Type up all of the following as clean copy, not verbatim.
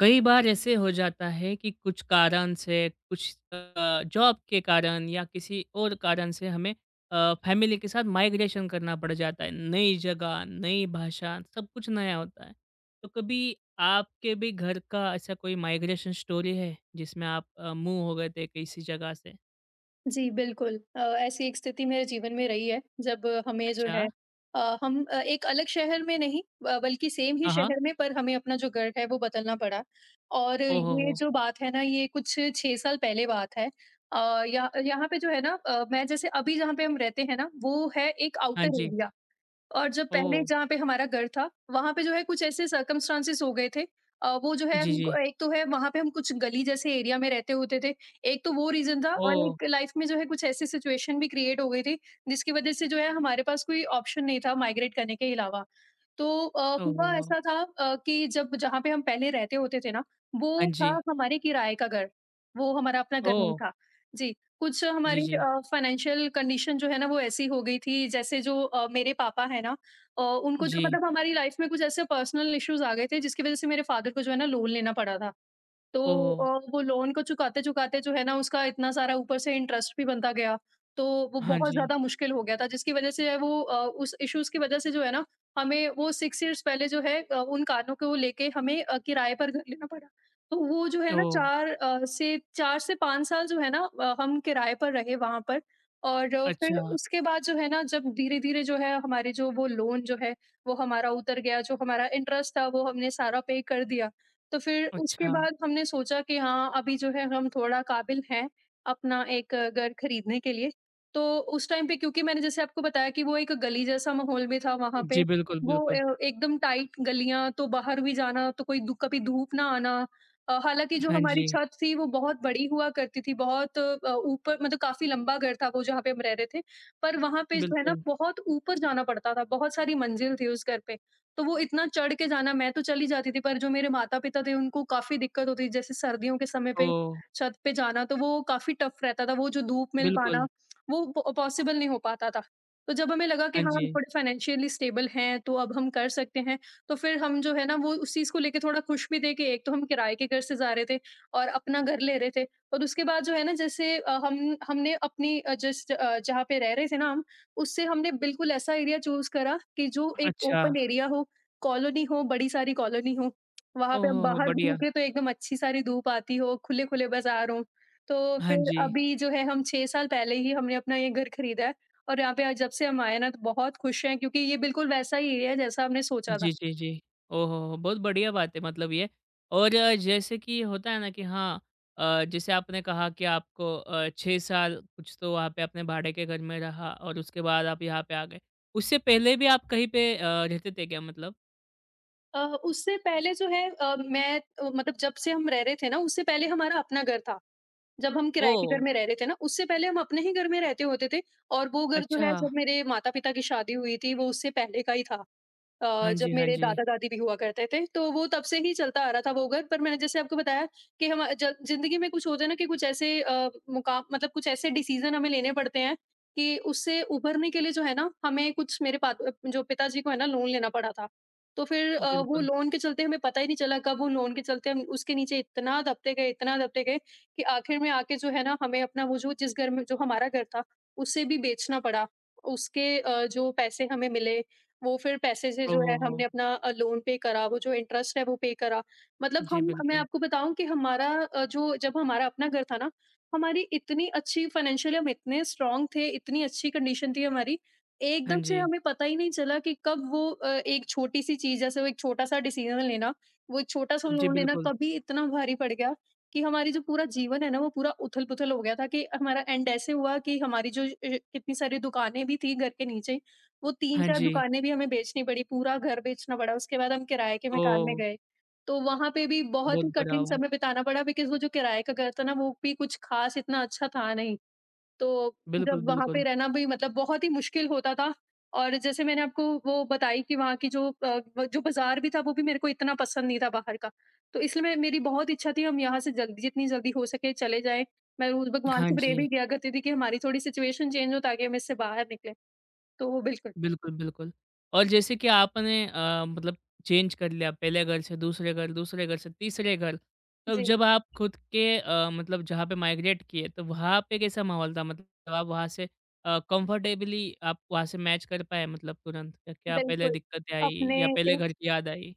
कई बार ऐसे हो जाता है कि कुछ कारण से, कुछ जॉब के कारण या किसी और कारण से हमें फैमिली के साथ माइग्रेशन करना पड़ जाता है। नई जगह, नई भाषा, सब कुछ नया होता है। तो कभी आपके भी घर का ऐसा कोई माइग्रेशन स्टोरी है, जिसमें आप मूव हो गए थे किसी जगह से? जी, बिल्कुल। ऐसी एक स्थिति मेरे जीवन में रही है, जब हमें जो अच्छा। है हम एक अलग शहर में नहीं ब बल्कि सेम ही हाँ, हाँ। शहर में, पर हमें अपना जो घर है वो बदलना पड़ा। और ओह हो ये हो! जो बात है ना, ये कुछ 6 साल पहले बात है। यहाँ यहाँ पे जो है ना, मैं जैसे अभी जहाँ पे हम रहते हैं ना, वो है एक हाँ आउटर जी। एरिया। और जब पहले ओह! जहाँ पे हमारा घर था, वहाँ पे जो है कुछ ऐसे सर्कमस्टांसेस हो गए थे। वो जो है जी, हमको, जी। एक तो है वहाँ पे हम कुछ गली जैसे एरिया में रहते होते थे। एक तो वो रीज़न था, और ओह! एक लाइफ़ में जो है कुछ ऐसी सिचुएशन भी क्रिएट हो गई थी, जिसकी वज़ह से जो है हमारे पास कोई ऑप्शन नहीं था माइग्रेट करने के अलावा। तो ओह हो हुआ हो! ऐसा था कि जब जहाँ पे हम पहले रहते होते थे ना, वो हाँ था जी। हमारे किराए का घर। वो हमारा अपना घर नहीं ओह! था। जी। कुछ जी, हमारी जी। फाइनेंशियल कंडीशन जो है ना वो ऐसी हो गई थी, जैसे जो मेरे पापा है ना, उनको जो जी। मतलब हमारी लाइफ में कुछ ऐसे पर्सनल इश्यूज आ गए थे, जिसकी वजह से मेरे फादर को जो है ना लोन लेना पड़ा था। तो ओह! वो लोन को चुकाते-चुकाते जो है ना उसका इतना सारा ऊपर से इंटरेस्ट भी बनता गया, तो वो हाँ बहुत जी। ज़्यादा मुश्किल हो गया था, जिसकी वज़ह से वो उस इश्यूज़ की वज़ह से जो है ना हमें वो 6 इयर्स पहले जो है उन कानों को लेके हमें किराए पर घर लेना पड़ा। तो वो जो है ना ओह! 4 से 4 से 5 साल जो है ना हम किराए पर रहे वहाँ पर। और फिर अच्छा, उसके बाद जो है ना, जब धीरे-धीरे जो है हमारे जो वो लोन जो है, वो हमारा उतर गया, जो हमारा इंटरेस्ट था वो हमने सारा पे कर दिया। तो फिर उसके अच्छा। बाद हमने सोचा कि हाँ, अभी जो है हम थोड़ा काबिल हैं अपना एक घर खरीदने के लिए। तो उस टाइम पे, क्योंकि मैंने जैसे आपको बताया कि वो एक गली जैसा माहौल में था वहाँ पे, जी, बिल्कुल, वो बिल्कुल। एकदम टाइट गलियाँ, तो बाहर भी जाना तो कोई दू कभी धूप ना आना। हालाँकि जो हाँ हमारी जी, छत थी वो बहुत बड़ी हुआ करती थी, बहुत ऊपर मतलब काफ़ी लंबा घर था वो, जहाँ पे हम रह रहे थे। पर वहाँ पे जो है ना बिल्कुल। बहुत ऊपर जाना पड़ता था, बहुत सारी मंजिल थी उस घर पे। तो वो इतना चढ़ के जाना, मैं तो चली जाती थी, पर जो मेरे माता-पिता थे उनको काफ़ी दिक्कत होती थी। जैसे सर्दियों के समय पे ओह! छत पे जाना तो वो काफ़ी टफ रहता था, वो जो धूप मिल पाना बिल्कुल, वो पॉ पॉसिबल नहीं हो पाता था। तो जब हमें लगा कि हाँ हाँ, हम जी। थोड़े फाइनेंशियली स्टेबल हैं तो अब हम कर सकते हैं, तो फिर हम जो है ना, वो उस चीज़ को लेके थोड़ा खुश भी थे कि एक तो हम किराए के घर से जा रहे थे और अपना घर ले रहे थे। और उसके बाद जो है ना, जैसे हम हमने अपनी जहाँ पे रह रहे थे ना हम, उससे हमने बिल्कुल ऐसा एरिया चूज़ करा कि जो एक अच्छा। ओपन एरिया हो, कॉलोनी हो, बड़ी सारी कॉलोनी हो, वहाँ पे ओह हम हो हो! बाहर भी बढ़िया। निकले तो एकदम अच्छी सारी धूप आती हो, खुले-खुले बाज़ार हों। तो हाँ फिर जी। अभी जो है हम 6 साल पहले ही हमने अपना ये घर खरीदा है। और यहाँ पे आज जब से हम आए हैं ना, तो बहुत खुश हैं, क्योंकि ये बिल्कुल वैसा ही एरिया है जैसा हमने सोचा था। जी, जी, जी। ओह हो हो! बहुत बढ़िया बात है मतलब ये। और जैसे कि होता है ना कि हाँ जैसे आपने कहा कि आपको 6 साल कुछ तो वहाँ पे अपने भाड़े के घर में रहा और उसके बाद आप यहाँ पे आ गए। उससे पहले भी आप कहीं पे रहते थे क्या मतलब? अ, उससे पहले जो है मैं मतलब जब से हम रह रहे थे ना, उससे पहले हमारा अपना घर था। जब हम किराए के घर ओह! में रह रहे थे ना, उससे पहले हम अपने ही घर में रहते होते थे। और वो घर जो अच्छा। है, जब मेरे माता-पिता की शादी हुई थी, वो उससे पहले का ही था। अ, हाँ जब जी, हाँ मेरे जी। दादा-दादी भी हुआ करते थे, तो वो तब से ही चलता आ रहा था वो घर। पर मैंने जैसे आपको बताया कि हम ज ज़िंदगी में कुछ होता है ना कि कुछ ऐसे मुका मतलब कुछ ऐसे डिसीज़न हमें लेने पड़ते हैं कि उससे उभरने के लिए जो है ना, हमें कुछ मेरे पा जो पिताजी को है ना लोन लेना पड़ा था। तो फिर वो बिल्कुल। लोन के चलते हमें पता ही नहीं चला कब वो लोन के चलते हम उसके नीचे इतना दबते गए कि आखिर में आके जो है ना, हमें अपना वो जो जिस घर में जो हमारा घर था, उसे भी बेचना पड़ा। उसके जो पैसे हमें मिले, वो फिर पैसे से ओह जो है हो हो! हमने अपना लोन पे करा, वो जो इंटरेस्ट है वो पे करा। मतलब, जी, हम मैं बिल्कुल। आपको बताऊँ कि हमारा जो जब हमारा अपना घर था ना, हमारी इतनी अच्छी, फाइनेंशियली हम इतने स्ट्रॉन्ग थे, इतनी अच्छी कंडीशन थी हमारी, हाँ एकदम से जी। हमें पता ही नहीं चला कि कब वो एक छोटी-सी चीज़, जैसे वो एक छोटा-सा डिसीज़न लेना, वो एक छोटा-सा जी, लोन लेना बिल्कुल। कभी इतना भारी पड़ गया कि हमारी जो पूरा जीवन है ना वो पूरा उथल-पुथल हो गया था। कि हमारा एंड ऐसे हुआ कि हमारी जो कितनी सारी दुकानें भी थी घर के नीचे, वो हाँ 3-4 जी। दुकानें भी हमें बेचनी पड़ी, पूरा घर बेचना पड़ा, उसके बाद हम किराए के मकान में ओह! गए। तो वहाँ पे भी बहुत बहुत ही बुरा कठिन हुआ। समय बिताना पड़ा, बिकॉज़ वो जो किराए का घर था ना, वो भी कुछ ख़ास इतना अच्छा था नहीं। तो बिल्कुल, जब वहाँ पे बिल्कुल। रहना भी मतलब बहुत ही मुश्किल होता था। और जैसे मैंने आपको वो बताई कि वहाँ की जो ब जो बाज़ार भी था, वो भी मेरे को इतना पसंद नहीं था बाहर का। तो इसलिए मैं, मेरी बहुत इच्छा थी हम यहाँ से जल्दी, जितनी जल्दी हो सके चले जाएँ। मैं रोज़ भगवान हाँ से प्रे जी। भी किया करती थी कि हमारी थोड़ी सिचुएशन चेंज हो, ताकि हम इससे बाहर निकलें। तो वो बिल्कुल। बिल्कुल, बिल्कुल। और जैसे कि आपने मतलब चेंज कर लिया पहले घर से दूसरे घर से तीसरे घर। तब जी। जब आप खुद के मतलब जहाँ पे माइग्रेट किए तो वहाँ पे कैसा माहौल था? मतलब आप वहाँ से कंफर्टेबली आप वहाँ से मैच कर पाए मतलब तुरंत? या क्या पहले बिल्कुल, दिक्कतें आई अपने या पहले घर इस की याद आई?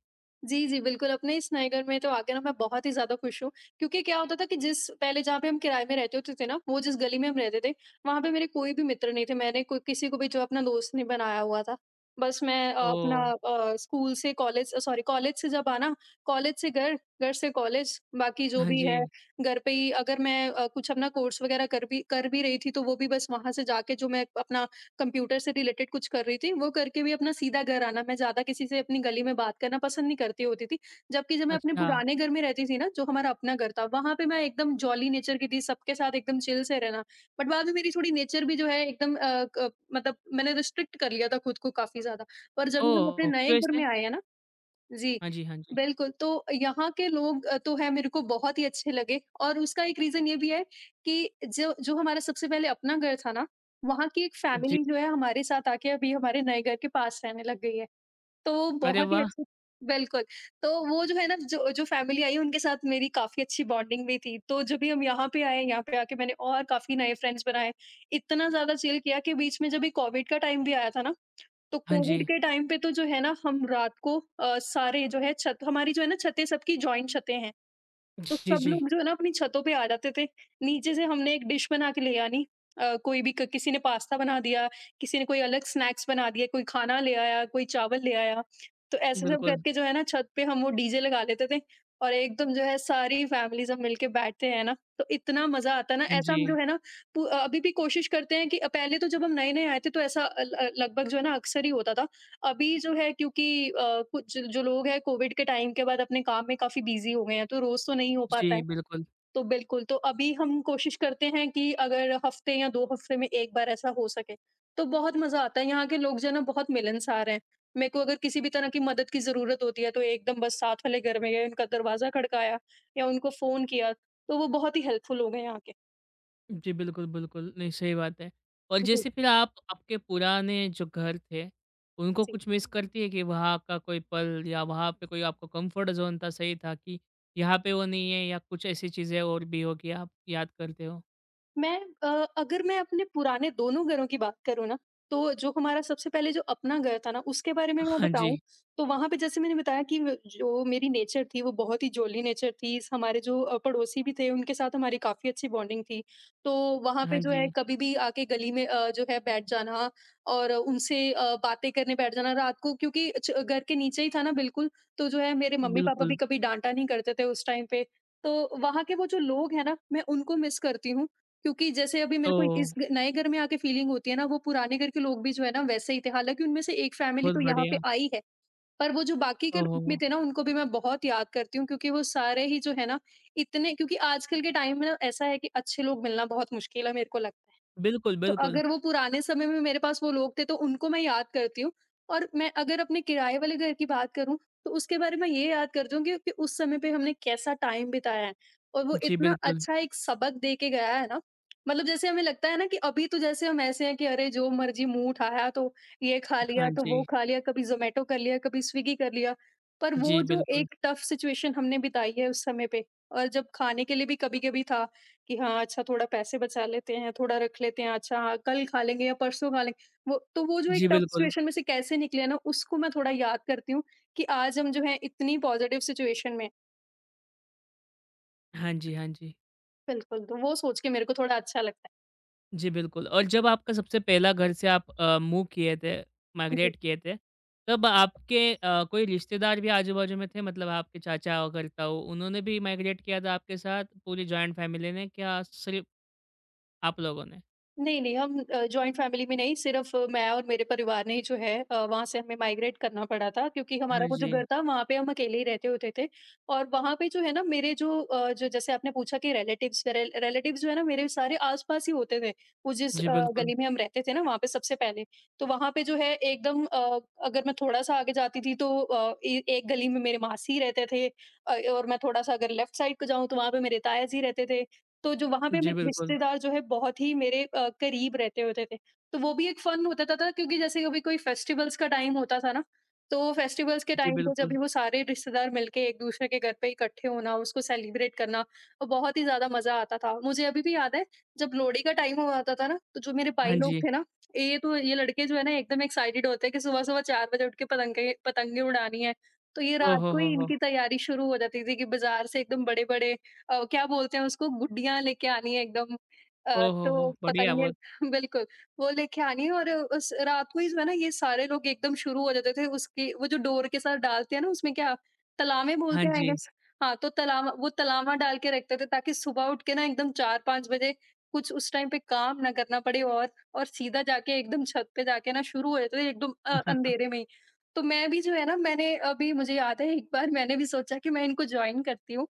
जी, जी, बिल्कुल, अपने इस नए घर में तो आके ना, मैं बहुत ही ज़्यादा खुश हूँ, क्योंकि क्या होता था कि जिस पहले जहाँ पे हम किराए में रहते होते थे ना, वो जिस गली में हम रहते थे, वहाँ पे मेरे कोई भी मित्र नहीं थे, मैंने कोई किसी को भी जो अपना दोस्त नहीं बनाया हुआ था। बस मैं अपना ओह! स्कूल से कॉलेज सॉरी कॉलेज से जब आना, कॉलेज से घर, घर से कॉलेज, बाकी जो हाँ भी है जी। घर पे ही, अगर मैं कुछ अपना कोर्स वगैरह कर भी रही थी, तो वो भी बस वहाँ से जाके जो मैं अपना कंप्यूटर से रिलेटेड कुछ कर रही थी, वो करके भी अपना सीधा घर आना। मैं ज़्यादा किसी से अपनी गली में बात करना पसंद नहीं करती होती थी। जबकि जब मैं अपने अच्छा। पुराने घर में रहती थी ना, जो हमारा अपना घर था, वहाँ पे मैं एकदम जॉली नेचर की थी, सबके साथ एकदम चिल से रहना। बट बाद में मेरी थोड़ी नेचर भी जो है एकदम क मतलब मैंने रिस्ट्रिक्ट कर लिया था खुद को काफ़ी ज़्यादा। पर जब हम अपने ओह! नए क्यों घर में ऐसे? आए हैं ना, जी, हाँ जी, हाँ जी। बिल्कुल, तो यहाँ के लोग तो हैं मेरे को बहुत ही अच्छे लगे, और उसका एक रीज़न ये भी है कि जो जो हमारा सबसे पहले अपना घर था ना, वहाँ की एक फैमिली जो है हमारे साथ आके अभी हमारे नए घर के पास रहने लग गई है, तो वो अरे बहुत ही वाह! अच्छी। बिल्कुल, तो वो जो है ना जो जो फैमिली आई है, उनके साथ मेरी काफ़ी अच्छी बॉन्डिंग भी थी, तो जब भी हम यहाँ पे आए, यहाँ पे आके मैंने और काफ़ी नए फ्रेंड्स बनाए, इतना ज़्यादा चिल किया कि बीच में जब ये कोविड का टाइम भी आया था ना, तो हाँ कोविड जी। के टाइम पे तो जो है ना हम रात को सारे जो है छत, हमारी जो है ना छतें, सबकी जॉइंट छतें हैं, तो जी, सब जी। लोग जो है ना अपनी छतों पे आ जाते थे। नीचे से हमने एक डिश बना के ले आनी, कोई भी किसी ने पास्ता बना दिया, किसी ने कोई अलग स्नैक्स बना दिया, कोई खाना ले आया, कोई चावल ले आया, तो ऐसे सब बिल्कुल। करके जो है ना छत पे हम वो डीजे लगा लेते थे। और एकदम जो है सारी फैमिली सब मिलके बैठते हैं ना, तो इतना मजा आता है ना। हाँ ऐसा जी। हम जो है ना अभी भी कोशिश करते हैं कि पहले तो जब हम नए नए आए थे, तो ऐसा लगभग जो है ना अक्सर ही होता था। अभी जो है, क्योंकि कुछ जो लोग हैं कोविड के टाइम के बाद अपने काम में काफ़ी बिज़ी हो गए हैं, तो रोज़ तो नहीं हो पाता है। जी, बिल्कुल। तो बिल्कुल, तो अभी हम कोशिश करते हैं कि अगर हफ़्ते या 2 हफ़्ते में 1 बार ऐसा हो सके, तो बहुत मज़ा आता है। यहाँ के लोग जो है ना बहुत मिलनसार हैं। मेरे को अगर किसी भी तरह की मदद की ज़रूरत होती है, तो एकदम बस साथ वाले घर में गए, उनका दरवाज़ा खड़काया या उनको फ़ोन किया, तो वो बहुत ही हेल्पफुल हो गए हैं यहाँ के। जी, बिल्कुल, बिल्कुल। नहीं, सही बात है। और जी, जैसे फिर आप आपके पुराने जो घर थे, उनको जी। कुछ मिस करती है कि वहाँ का कोई पल या वहाँ पे कोई आपका कम्फ़र्ट ज़ोन था, सही था कि यहाँ पे वो नहीं है या कुछ ऐसी चीज़ें और भी हो कि आप याद करते हो? मैं अ, अगर मैं अपने पुराने दोनों घरों की बात करूँ ना, तो जो हमारा सबसे पहले जो अपना घर था ना, उसके बारे में मैं हाँ बताऊँ, जी। तो वहाँ पे जैसे मैंने बताया कि व जो मेरी नेचर थी, वो बहुत ही जॉली नेचर थी। स हमारे पड़ोसी भी थे, उनके साथ हमारी काफ़ी अच्छी बॉन्डिंग थी। तो वहाँ पे हाँ जो है, जी। कभी भी आके गली में जो है बैठ जाना और उनसे बातें करने बैठ जाना रात को, क्योंकि च घर के नीचे ही था ना बिल्कुल, तो जो है मेरे मम्मी-पापा भी बिल्कुल। कभी डाँटा नहीं करते थे उस टाइम पे। तो वहाँ के वो जो लोग हैं ना, मैं उनको मिस करती हूँ, क्योंकि जैसे अभी मेरे को ओह! इस ग नए घर में आके फ़ीलिंग होती है ना, वो पुराने घर के लोग भी जो है ना वैसे ही थे। हालाँकि उनमें से एक फ़ैमिली बहुत तो यहाँ पे बढ़िया। आई है, पर वो जो बाकी के लोग भी ओहो! थे ना, उनको भी मैं बहुत याद करती हूँ, क्योंकि वो सारे ही जो है ना, इतने, क्योंकि आजकल के टाइम में ना ऐसा है कि अच्छे लोग मिलना बहुत मुश्किल है, मेरे को लगता है। बिल्कुल, तो बिल्कुल। अगर वो पुराने समय में मेरे पास वो लोग थे, तो उनको मैं याद करती हूँ। और मैं अगर अपने किराए वाले घर की बात करूँ, तो उसके बारे में ये याद करती हूँ कि उस समय पे हमने कैसा टाइम बिताया है और वो जी, इतना बिल्कुल। अच्छा एक सबक दे के गया है ना। मतलब जैसे हमें लगता है ना कि अभी तो जैसे हम ऐसे हैं कि अरे जो मर्जी मुंह उठाया, तो ये खा लिया, हाँ तो वो जी। खा लिया, कभी जोमेटो कर लिया, कभी स्विगी कर लिया। पर वो जी, जो बिल्कुल। एक टफ सिचुएशन हमने बिताई है उस समय पे, और जब खाने के लिए भी कभी कभी था कि हाँ, अच्छा थोड़ा पैसे बचा लेते हैं, थोड़ा रख लेते हैं, अच्छा हाँ, कल खा लेंगे या परसों खा लेंगे। वो तो वो जो एक जी, टफ बिल्कुल। सिचुएशन में से कैसे निकले हैं ना, उसको मैं थोड़ा याद करती हूँ कि आज हम जो है इतनी पॉज़िटिव सिचुएशन में हैं। हाँ जी, हाँ जी। बिल्कुल, तो वो सोच के मेरे को थोड़ा अच्छा लगता जी, बिल्कुल और जब आपका सबसे पहला घर से आप मूव किए थे, है। माइग्रेट किए थे, तब आपके कोई रिश्तेदार भी आजू-बाजू में थे? मतलब आपके चाचा और घर ताऊ, उन्होंने भी माइग्रेट किया था आपके साथ, पूरी जॉइंट फैमिली ने, क्या सिर्फ़ आप लोगों ने? नहीं, हम जॉइंट फ़ैमिली में नहीं, सिर्फ़ मैं और मेरे परिवार ने ही वहाँ से हमें माइग्रेट करना पड़ा था, क्योंकि हमारा हाँ वो जो जी। घर था वहाँ पे हम अकेले ही रहते होते थे। और वहाँ पे जो है ना मेरे जो जैसे आपने पूछा कि रिलेटिव्स, रिलेटिव्स जो है ना मेरे सारे आस-पास ही होते थे। वो जिस जी, अ, बिल्कुल। गली में हम रहते थे ना वहाँ पे सबसे पहले, तो वहाँ पे जो है अगर मैं थोड़ा-सा आगे जाती थी, तो अ, ए एक गली में मेरे मासी रहते थे। और मैं थोड़ा-सा अगर लेफ़्ट साइड को जाऊँ, तो वहाँ पे मेरे ताया जी रहते थे। तो जो वहाँ पे जी, मेरे बिल्कुल। रिश्तेदार जो है बहुत ही मेरे करीब रहते होते थे। तो वो भी एक फ़न होता था, क्योंकि जैसे कभी कोई फेस्टिवल्स का टाइम होता था ना, तो फेस्टिवल्स के जी, टाइम पे जब बिल्कुल। भी वो सारे रिश्तेदार मिलके एक-दूसरे के घर पे इकट्ठे होना, उसको सेलिब्रेट करना और बहुत ही ज़्यादा मज़ा आता था। मुझे अभी भी याद है जब लोहड़ी का टाइम हुआ होता था ना, तो जो मेरे भाई हाँ लोग जी। थे ना, ये तो ये लड़के जो है ना एकदम एक्साइटेड होते हैं कि सुबह-सुबह 4 बजे उठ के पतंगे पतंगे उड़ानी है। तो ये ओ रात को ही हो हो! इनकी तैयारी शुरू हो जाती थी कि बाज़ार से एकदम बड़े-बड़े क्या बोलते हैं उसको, गुड्डियाँ लेके आनी है एकदम। ओ हो तो हो! बढ़िया पतंगे बहुत। बिल्कुल, वो लेके आनी है। और उस रात को ही जो है ना ये सारे लोग एकदम शुरू हो जाते थे उसकी, वो जो डोर के साथ डालते हैं ना उसमें, क्या तलामे हाँ बोलते हैं आई जी। गेस। हाँ, तो तलामा, वो तलामा डाल के रखते थे ताकि सुबह उठ के ना एकदम 4-5 बजे कुछ उस टाइम पे काम ना करना पड़े, और सीधा जाके एकदम छत पे जाके ना शुरू हो जाते थे एकदम अंधेरे में ही। तो मैं भी जो है ना, मैंने अभी मुझे याद है एक बार मैंने भी सोचा कि मैं इनको जॉइन करती हूँ।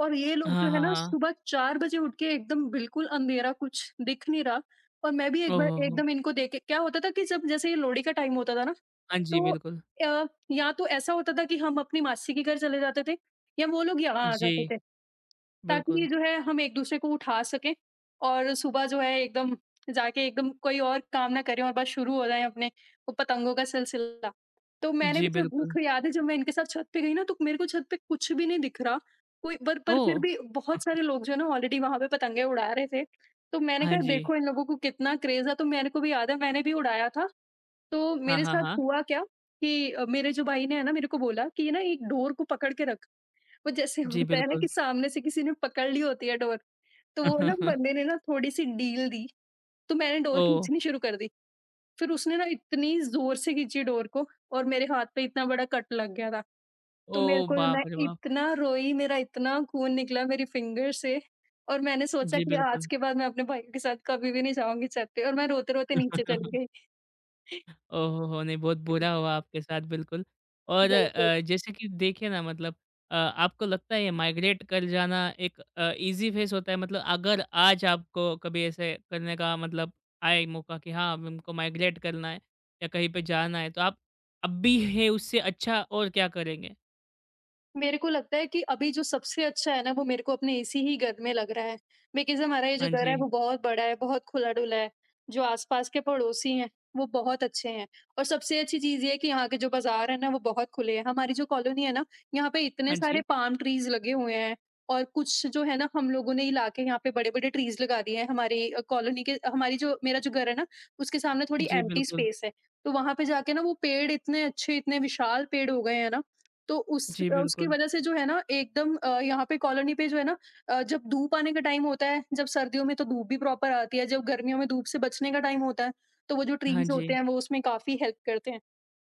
और ये लोग हाँ, जो है हाँ, ना हाँ। सुबह 4 बजे उठ के एकदम बिल्कुल अंधेरा, कुछ दिख नहीं रहा। और मैं भी ओ एक बार हो हो! एकदम इनको देख के, क्या होता था कि जब जैसे ये लोहड़ी का टाइम होता था ना, हाँ जी, तो बिल्कुल। या तो ऐसा होता था कि हम अपनी मासी के घर चले जाते थे या वो लोग यहाँ आ जाते जी, थे, ताकि बिल्कुल। जो है हम एक-दूसरे को उठा सकें और सुबह जो है एकदम जाके एकदम कोई और काम ना करें और बस शुरू हो जाए अपने वो पतंगों का सिलसिला। तो मैंने भी, जी, जब मेरे बिल्कुल। को याद है जब मैं इनके साथ छत पे गई ना, तो मेरे को छत पे कुछ भी नहीं दिख रहा। कोई, पर ओह! फिर भी बहुत सारे लोग जो है ना ऑलरेडी वहाँ पे पतंगे उड़ा रहे थे। तो मैंने हाँ कहा जी। देखो इन लोगों को कितना क्रेज़ है, तो मेरे को भी याद है मैंने भी उड़ाया था। तो हाँ, मेरे हाँ, साथ हाँ। हुआ क्या कि मेरे जो भाई ने है ना मेरे को बोला कि ना एक डोर को पकड़ के रख। वो जैसे जी, होता है ना कि बिल्कुल। सामने से किसी ने पकड़ ली होती है डोर, तो वो ना बंदे ने ना थोड़ी-सी ढील दी, तो मैंने डोर ओह! खींचनी शुरू कर दी। फिर उसने ना इतनी ज़ोर से खींची डोर को और मेरे हाथ पे इतना बड़ा कट लग गया था। तो मेरे ओह, को, मैं बाप रे बाप! इतना रोई, मेरा इतना खून निकला मेरी फिंगर से, और मैंने सोचा जी, कि आज बिल्कुल। के बाद मैं अपने भाइयों के साथ कभी भी नहीं जाऊँगी छत पे, और मैं रोते-रोते नीचे चली गई। ओह हो हो! नहीं, बहुत बुरा हुआ आपके साथ बिल्कुल और बिल्कुल। जैसे कि देखिए ना मतलब आपको लगता है ये माइग्रेट कर जाना एक ईज़ी फ़ेस होता है? मतलब अगर आज आपको कभी ऐसे करने का मतलब आए मौका कि हाँ, अब हमको माइग्रेट करना है या कहीं पे जाना है, तो आप अब भी है उससे अच्छा और क्या करेंगे? मेरे को लगता है कि अभी जो सबसे अच्छा है ना, वो मेरे को अपने इसी ही घर में लग रहा है। बिकॉज़ हमारा ये जो हाँ घर है, जी। वो बहुत बड़ा है, बहुत खुला-डुला है। जो आस-पास के पड़ोसी हैं, वो बहुत अच्छे हैं, और सबसे अच्छी चीज़ ये है कि यहाँ के जो बाज़ार है ना, वो बहुत खुले हैं। हमारी जो कॉलोनी है ना, यहाँ पे इतने हाँ सारे जी। पाम ट्रीज़ लगे हुए हैं और कुछ जो है ना, हम लोगों ने ही लाके यहाँ पे बड़े-बड़े ट्रीज़ लगा दिए हैं। हमारी कॉलोनी के, हमारी जो, मेरा जो घर है ना, उसके सामने थोड़ी जी, एम्प्टी बिल्कुल। स्पेस है। तो वहाँ पे जाके ना वो पेड़ इतने अच्छे, इतने विशाल पेड़ हो गए हैं ना, तो जी, उसकी बिल्कुल। वजह से जो है ना एकदम यहाँ पे कॉलोनी पे जो है ना, जब धूप आने का टाइम होता है, जब सर्दियों में, तो धूप भी प्रॉपर आती है। जब गर्मियों में धूप से बचने का टाइम होता है, तो वो जो हाँ ट्रीज होते जी। हैं वो उसमें काफी हेल्प करते हैं।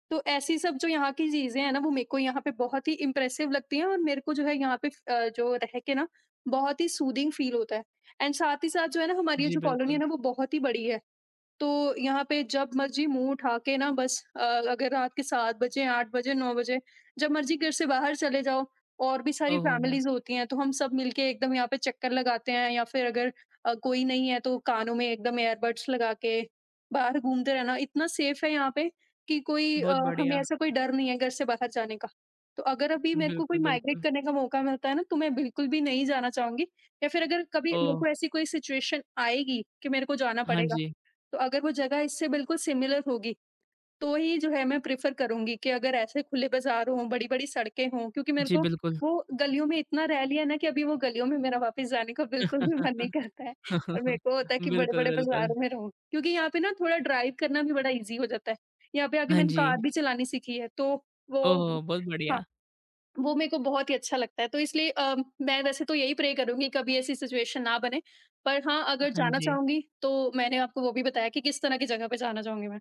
तो ऐसी सब जो यहाँ की चीजें हैं ना, वो मेरे को यहाँ पे बहुत ही इम्प्रेसिव लगती हैं। और मेरे को जो है यहाँ पे जो रह के ना बहुत ही सूदिंग फील होता है। एंड साथ ही साथ जो है ना हमारी ये जी, जो कॉलोनी है बिल्कुल। ना, वो बहुत ही बड़ी है। तो यहाँ पे जब मर्ज़ी मुँह उठा के ना बस, अगर रात के 7 बजे, 8 बजे, 9 बजे जब मर्ज़ी घर से बाहर चले जाओ, और भी सारी ओह हो, हो! फैमिलीज़ होती हैं, तो हम सब मिलके एकदम यहाँ पे चक्कर लगाते हैं। या फिर अगर कोई नहीं है, तो कानों में एकदम ईयरबड्स लगा के बाहर घूमते रहना। इतना सेफ़ है यहाँ पे कि कोई बहुत हमें बढ़िया। ऐसा कोई डर नहीं है घर से बाहर जाने का। तो अगर अभी मेरे को कोई बिल्कुल, माइग्रेट बिल्कुल। करने का मौका मिलता है ना, तो मैं बिल्कुल भी नहीं जाना चाहूँगी। या फिर अगर कभी मेरे ओह! को ऐसी कोई सिचुएशन आएगी कि मेरे को जाना हाँ पड़ेगा, जी। तो अगर वो जगह इससे बिल्कुल सिमिलर होगी, तो ही जो है मैं प्रेफ़र करूँगी कि अगर ऐसे खुले बाज़ार हों, बड़ी-बड़ी सड़कें हों, क्योंकि मेरे जी, को बिल्कुल। वो गलियों में इतना रह लिया ना कि अभी वो गलियों में मेरा वापस जाने का बिल्कुल भी मन नहीं करता है। और मेरे को होता है कि बिल्कुल, बड़े-बड़े बिल्कुल। बाज़ारों में रहूँ, क्योंकि यहाँ पे ना थोड़ा ड्राइव करना भी बड़ा ईज़ी हो जाता है। यहाँ पे आके हाँ मैंने जी। कार भी चलानी सीखी है, तो ओह वो, हो! बहुत हाँ। बढ़िया। वो मेरे को बहुत ही अच्छा लगता है। तो इसलिए मैं वैसे तो यही प्रे करूँगी कभी ऐसी सिचुएशन ना बने। पर हाँ, अगर हाँ जाना जी। चाहूँगी, तो मैंने आपको वो भी बताया कि किस तरह की जगह पे जाना चाहूँगी मैं।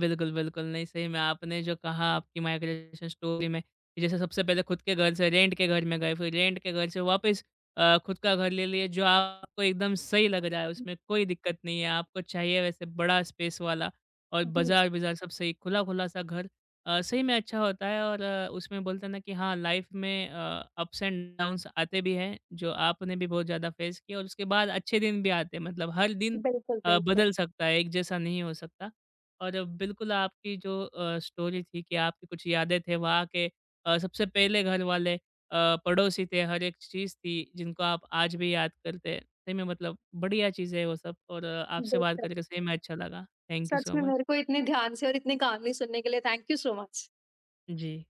बिल्कुल, बिल्कुल। नहीं, सही में आपने जो कहा आपकी माइग्रेशन स्टोरी में कि जैसे सबसे पहले खुद के घर से रेंट के घर में गए, फिर रेंट के घर से वापस खुद का घर ले लिए जो आपको एकदम सही लग रहा है, उसमें कोई दिक्कत नहीं है। आपको चाहिए वैसे बड़ा स्पेस वाला और जी, बाज़ार-विज़ार सब सही, खुला-खुला सा घर सही में अच्छा होता है और उसमें बोलते हैं ना कि हाँ, लाइफ़ में अप्स एंड डाउन्स आते भी हैं, जो आपने भी बहुत ज़्यादा फेस किए और उसके बाद अच्छे दिन भी आते हैं। मतलब हर दिन बिल्कुल, बिल्कुल। बदल सकता है, एक जैसा नहीं हो सकता। और बिल्कुल आपकी जो स्टोरी थी कि आपकी कुछ यादें थे वहाँ के सबसे पहले घर वाले पड़ोसी थे, हर एक चीज़ थी जिनको आप आज भी याद करते हैं। सही में मतलब बढ़िया चीज़ है वो सब और आपसे बात बेशक, करके सही में अच्छा लगा। थैंक यू सच सो में मच। मेरे को इतने ध्यान से और इतनी कामली सुनने के लिए thank you so much. Ji.